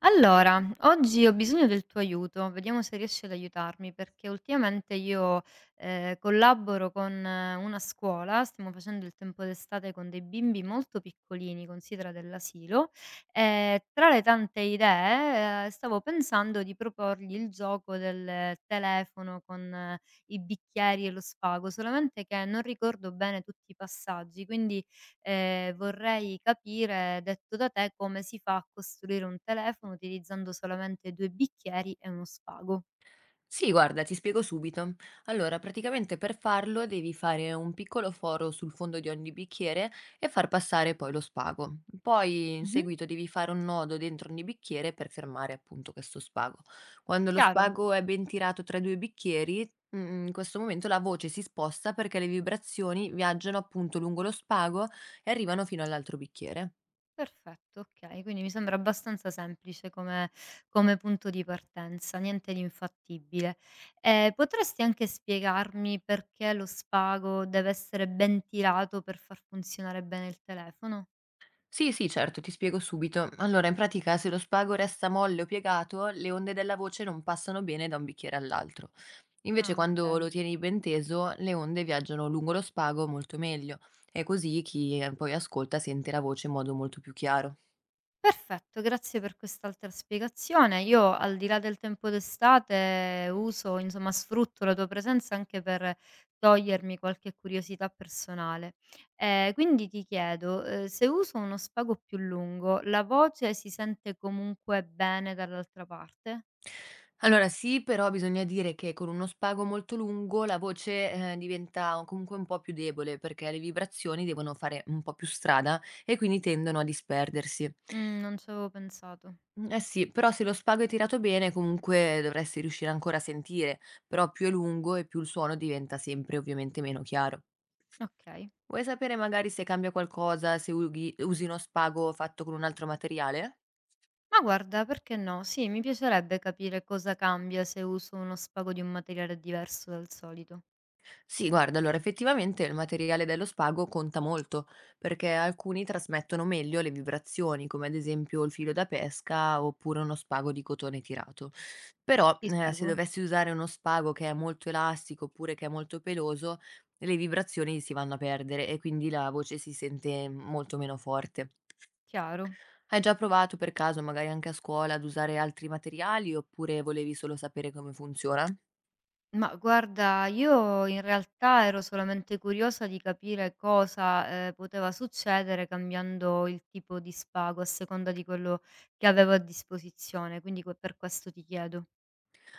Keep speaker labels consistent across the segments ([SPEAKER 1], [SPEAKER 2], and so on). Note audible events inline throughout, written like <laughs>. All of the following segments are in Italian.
[SPEAKER 1] Allora, oggi ho bisogno del tuo aiuto, vediamo se riesci ad aiutarmi, perché ultimamente io collaboro con una scuola, stiamo facendo il tempo d'estate con dei bimbi molto piccolini, considera dell'asilo, e tra le tante idee stavo pensando di proporgli il gioco del telefono con i bicchieri e lo spago, solamente che non ricordo bene tutti i passaggi, quindi vorrei capire, detto da te, come si fa a costruire un telefono utilizzando solamente due bicchieri e uno spago.
[SPEAKER 2] Sì, guarda, ti spiego subito. Allora, praticamente per farlo devi fare un piccolo foro sul fondo di ogni bicchiere e far passare poi lo spago. Poi in
[SPEAKER 1] Mh-mh.
[SPEAKER 2] seguito devi fare un nodo dentro ogni bicchiere per fermare appunto questo spago. Quando lo
[SPEAKER 1] Chiaro?
[SPEAKER 2] spago è ben tirato tra i due bicchieri, in questo momento la voce si sposta perché le vibrazioni viaggiano appunto lungo lo spago e arrivano fino all'altro bicchiere.
[SPEAKER 1] Perfetto, okay. Quindi mi sembra abbastanza semplice come punto di partenza, niente di infattibile. Potresti anche spiegarmi perché lo spago deve essere ben tirato per far funzionare bene il telefono?
[SPEAKER 2] Sì, sì, certo, ti spiego subito. Allora, in pratica, se lo spago resta molle o piegato, le onde della voce non passano bene da un bicchiere all'altro. Invece,
[SPEAKER 1] Ah,
[SPEAKER 2] quando
[SPEAKER 1] okay.
[SPEAKER 2] lo tieni ben teso, le onde viaggiano lungo lo spago molto meglio. E così chi poi ascolta sente la voce in modo molto più chiaro.
[SPEAKER 1] Perfetto, grazie per quest'altra spiegazione. Io al di là del tempo d'estate uso, insomma, sfrutto la tua presenza anche per togliermi qualche curiosità personale. Quindi ti chiedo, se uso uno spago più lungo, la voce si sente comunque bene dall'altra parte?
[SPEAKER 2] Allora, sì, però bisogna dire che con uno spago molto lungo la voce, diventa comunque un po' più debole perché le vibrazioni devono fare un po' più strada e quindi tendono a disperdersi.
[SPEAKER 1] Non ci avevo pensato.
[SPEAKER 2] Eh sì, però se lo spago è tirato bene comunque dovresti riuscire ancora a sentire, però più è lungo e più il suono diventa sempre ovviamente meno chiaro.
[SPEAKER 1] Okay.
[SPEAKER 2] Vuoi sapere magari se cambia qualcosa se ughi usi uno spago fatto con un altro materiale?
[SPEAKER 1] Ma guarda, perché no? Sì, mi piacerebbe capire cosa cambia se uso uno spago di un materiale diverso dal solito.
[SPEAKER 2] Sì, guarda, allora effettivamente il materiale dello spago conta molto, perché alcuni trasmettono meglio le vibrazioni, come ad esempio il filo da pesca oppure uno spago di cotone tirato. Però
[SPEAKER 1] Ti
[SPEAKER 2] se
[SPEAKER 1] seguo.
[SPEAKER 2] dovessi usare uno spago che è molto elastico oppure che è molto peloso, le vibrazioni si vanno a perdere e quindi la voce si sente molto meno forte.
[SPEAKER 1] Chiaro.
[SPEAKER 2] Hai già provato per caso, magari anche a scuola, ad usare altri materiali oppure volevi solo sapere come funziona?
[SPEAKER 1] Ma guarda, io in realtà ero solamente curiosa di capire cosa, poteva succedere cambiando il tipo di spago a seconda di quello che avevo a disposizione, quindi que per questo ti chiedo.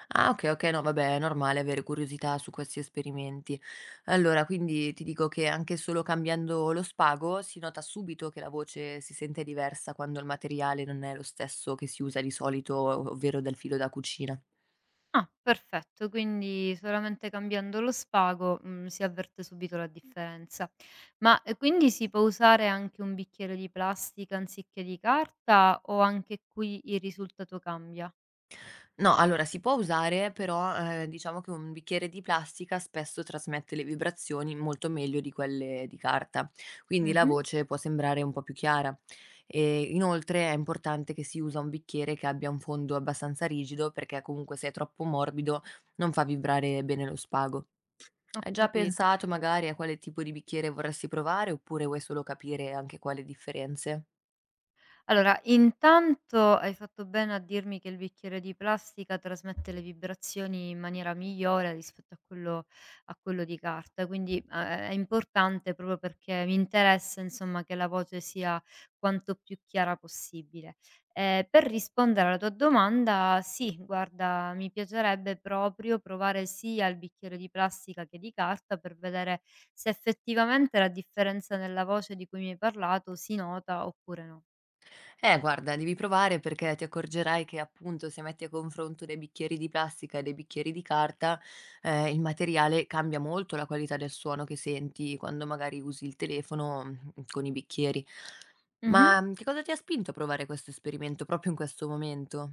[SPEAKER 2] Ah, okay, okay, no vabbè è normale avere curiosità su questi esperimenti. Allora quindi ti dico che anche solo cambiando lo spago si nota subito che la voce si sente diversa quando il materiale non è lo stesso che si usa di solito, o ovvero del filo da cucina.
[SPEAKER 1] Ah, perfetto, quindi solamente cambiando lo spago, si avverte subito la differenza. Ma, quindi si può usare anche un bicchiere di plastica anziché di carta o anche qui il risultato cambia?
[SPEAKER 2] No, allora si può usare, però, diciamo che un bicchiere di plastica spesso trasmette le vibrazioni molto meglio di quelle di carta, quindi la
[SPEAKER 1] Mh-mh,
[SPEAKER 2] voce può sembrare un po' più chiara. E inoltre è importante che si usa un bicchiere che abbia un fondo abbastanza rigido, perché comunque se è troppo morbido non fa vibrare bene lo spago.
[SPEAKER 1] ho
[SPEAKER 2] Hai già
[SPEAKER 1] capito, ho
[SPEAKER 2] pensato
[SPEAKER 1] capi
[SPEAKER 2] magari a quale tipo di bicchiere vorresti provare oppure vuoi solo capire anche quale differenze?
[SPEAKER 1] Allora, intanto hai fatto bene a dirmi che il bicchiere di plastica trasmette le vibrazioni in maniera migliore rispetto a quello di carta, quindi è importante proprio perché mi interessa insomma che la voce sia quanto più chiara possibile. Per rispondere alla tua domanda, sì, guarda, mi piacerebbe proprio provare sia il bicchiere di plastica che di carta per vedere se effettivamente la differenza nella voce di cui mi hai parlato si nota oppure no.
[SPEAKER 2] Guarda, devi provare perché ti accorgerai che appunto se metti a confronto dei bicchieri di plastica e dei bicchieri di carta, il materiale cambia molto la qualità del suono che senti quando magari usi il telefono, con i bicchieri.
[SPEAKER 1] Mh-mh.
[SPEAKER 2] Ma, che cosa ti ha spinto a provare questo esperimento proprio in questo momento?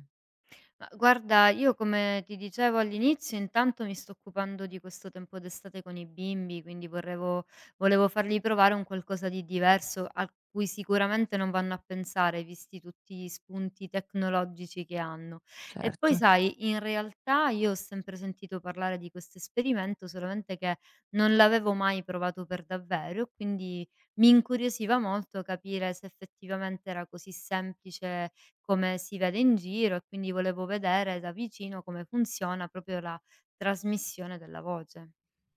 [SPEAKER 1] Ma guarda, io come ti dicevo all'inizio, intanto mi sto occupando di questo tempo d'estate con i bimbi, quindi vorrevo volevo fargli provare un qualcosa di diverso, a cui sicuramente non vanno a pensare, visti tutti gli spunti tecnologici che hanno. E poi
[SPEAKER 2] Certo.
[SPEAKER 1] sai, in realtà io ho sempre sentito parlare di questo esperimento, solamente che non l'avevo mai provato per davvero, quindi mi incuriosiva molto capire se effettivamente era così semplice come si vede in giro e quindi volevo vedere da vicino come funziona proprio la trasmissione della voce.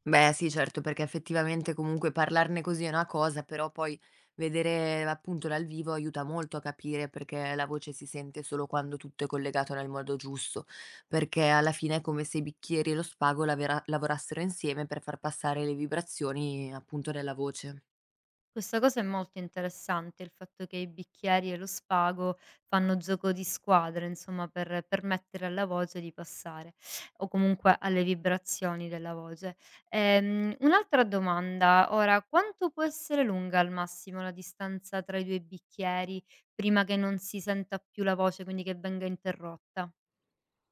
[SPEAKER 2] Beh sì, certo, perché effettivamente comunque parlarne così è una cosa, però poi vedere appunto dal vivo aiuta molto a capire perché la voce si sente solo quando tutto è collegato nel modo giusto, perché alla fine è come se i bicchieri e lo spago lavorassero insieme per far passare le vibrazioni appunto della voce.
[SPEAKER 1] Questa cosa è molto interessante, il fatto che i bicchieri e lo spago fanno gioco di squadra, insomma, per permettere alla voce di passare o comunque alle vibrazioni della voce. Un'altra domanda, ora, quanto può essere lunga al massimo la distanza tra i due bicchieri prima che non si senta più la voce, quindi che venga interrotta?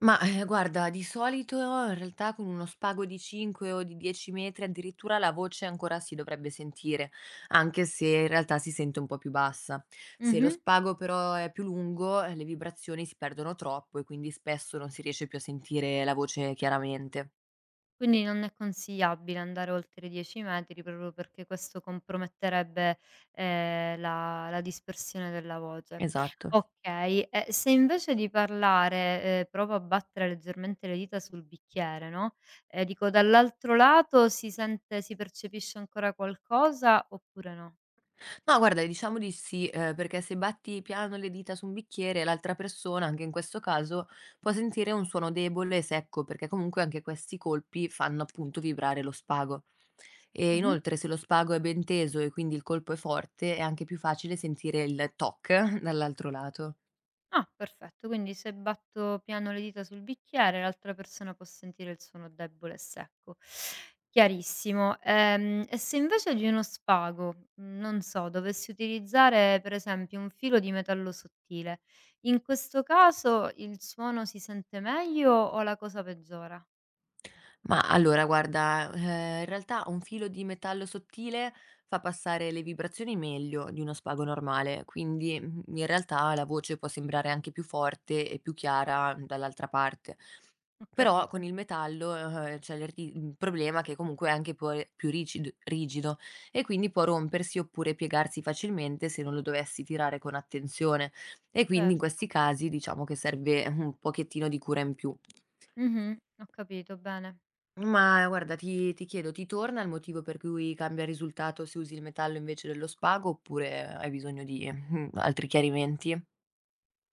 [SPEAKER 2] Ma, guarda, di solito in realtà con uno spago di 5 o di 10 metri addirittura la voce ancora si dovrebbe sentire, anche se in realtà si sente un po' più bassa. Se lo
[SPEAKER 1] Mh-mh.
[SPEAKER 2] spago però è più lungo, le vibrazioni si perdono troppo e quindi spesso non si riesce più a sentire la voce chiaramente.
[SPEAKER 1] Quindi non è consigliabile andare oltre i 10 metri proprio perché questo comprometterebbe, la dispersione della voce.
[SPEAKER 2] Esatto.
[SPEAKER 1] Okay, e se invece di parlare, provo a battere leggermente le dita sul bicchiere, no, dico dall'altro lato si percepisce ancora qualcosa oppure no?
[SPEAKER 2] No, guarda, diciamo di sì, perché se batti piano le dita su un bicchiere, l'altra persona, anche in questo caso, può sentire un suono debole e secco, perché comunque anche questi colpi fanno appunto vibrare lo spago. E
[SPEAKER 1] Mh-mh.
[SPEAKER 2] inoltre se lo spago è ben teso e quindi il colpo è forte, è anche più facile sentire il toc <laughs> dall'altro lato.
[SPEAKER 1] Ah, perfetto, quindi se batto piano le dita sul bicchiere, l'altra persona può sentire il suono debole e secco. Chiarissimo. E se invece di uno spago, non so, dovessi utilizzare per esempio un filo di metallo sottile, in questo caso il suono si sente meglio o la cosa peggiora?
[SPEAKER 2] Ma allora guarda, in realtà un filo di metallo sottile fa passare le vibrazioni meglio di uno spago normale, quindi, in realtà la voce può sembrare anche più forte e più chiara dall'altra parte.
[SPEAKER 1] Ho
[SPEAKER 2] Però con
[SPEAKER 1] capito,
[SPEAKER 2] il metallo, c'è il ri il problema che comunque è anche poi più rigido e quindi può rompersi oppure piegarsi facilmente se non lo dovessi tirare con attenzione e quindi in
[SPEAKER 1] certo.
[SPEAKER 2] questi casi diciamo che serve un pochettino di cura in più.
[SPEAKER 1] Mhm, Ho capito, bene.
[SPEAKER 2] Ma guarda, ti chiedo, ti torna il motivo per cui cambia risultato se usi il metallo invece dello spago, oppure hai bisogno di, altri chiarimenti?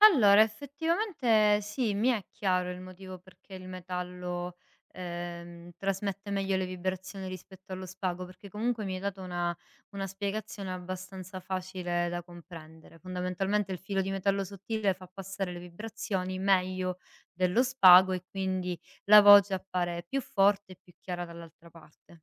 [SPEAKER 1] Allora, effettivamente sì, mi è chiaro il motivo perché il metallo, trasmette meglio le vibrazioni rispetto allo spago, perché comunque mi hai dato una spiegazione abbastanza facile da comprendere. Fondamentalmente il filo di metallo sottile fa passare le vibrazioni meglio dello spago e quindi la voce appare più forte e più chiara dall'altra parte.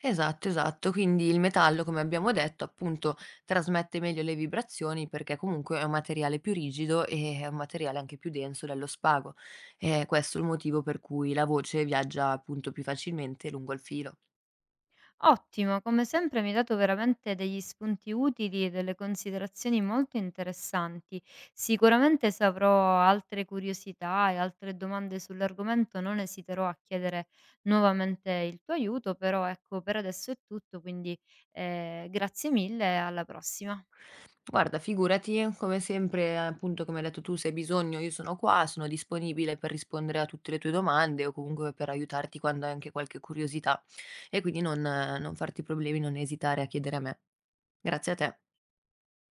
[SPEAKER 2] Esatto, esatto. Quindi il metallo, come abbiamo detto, appunto, trasmette meglio le vibrazioni perché comunque è un materiale più rigido e è un materiale anche più denso dello spago. È questo è il motivo per cui la voce viaggia, appunto, più facilmente lungo il filo.
[SPEAKER 1] Ottimo, come sempre mi hai dato veramente degli spunti utili e delle considerazioni molto interessanti. Sicuramente se avrò altre curiosità e altre domande sull'argomento non esiterò a chiedere nuovamente il tuo aiuto, però ecco, per adesso è tutto, quindi grazie mille e alla prossima.
[SPEAKER 2] Guarda, figurati, come sempre, appunto, come hai detto tu, se hai bisogno io sono qua, sono disponibile per rispondere a tutte le tue domande o comunque per aiutarti quando hai anche qualche curiosità. E quindi non farti problemi, non esitare a chiedere a me. Grazie a te.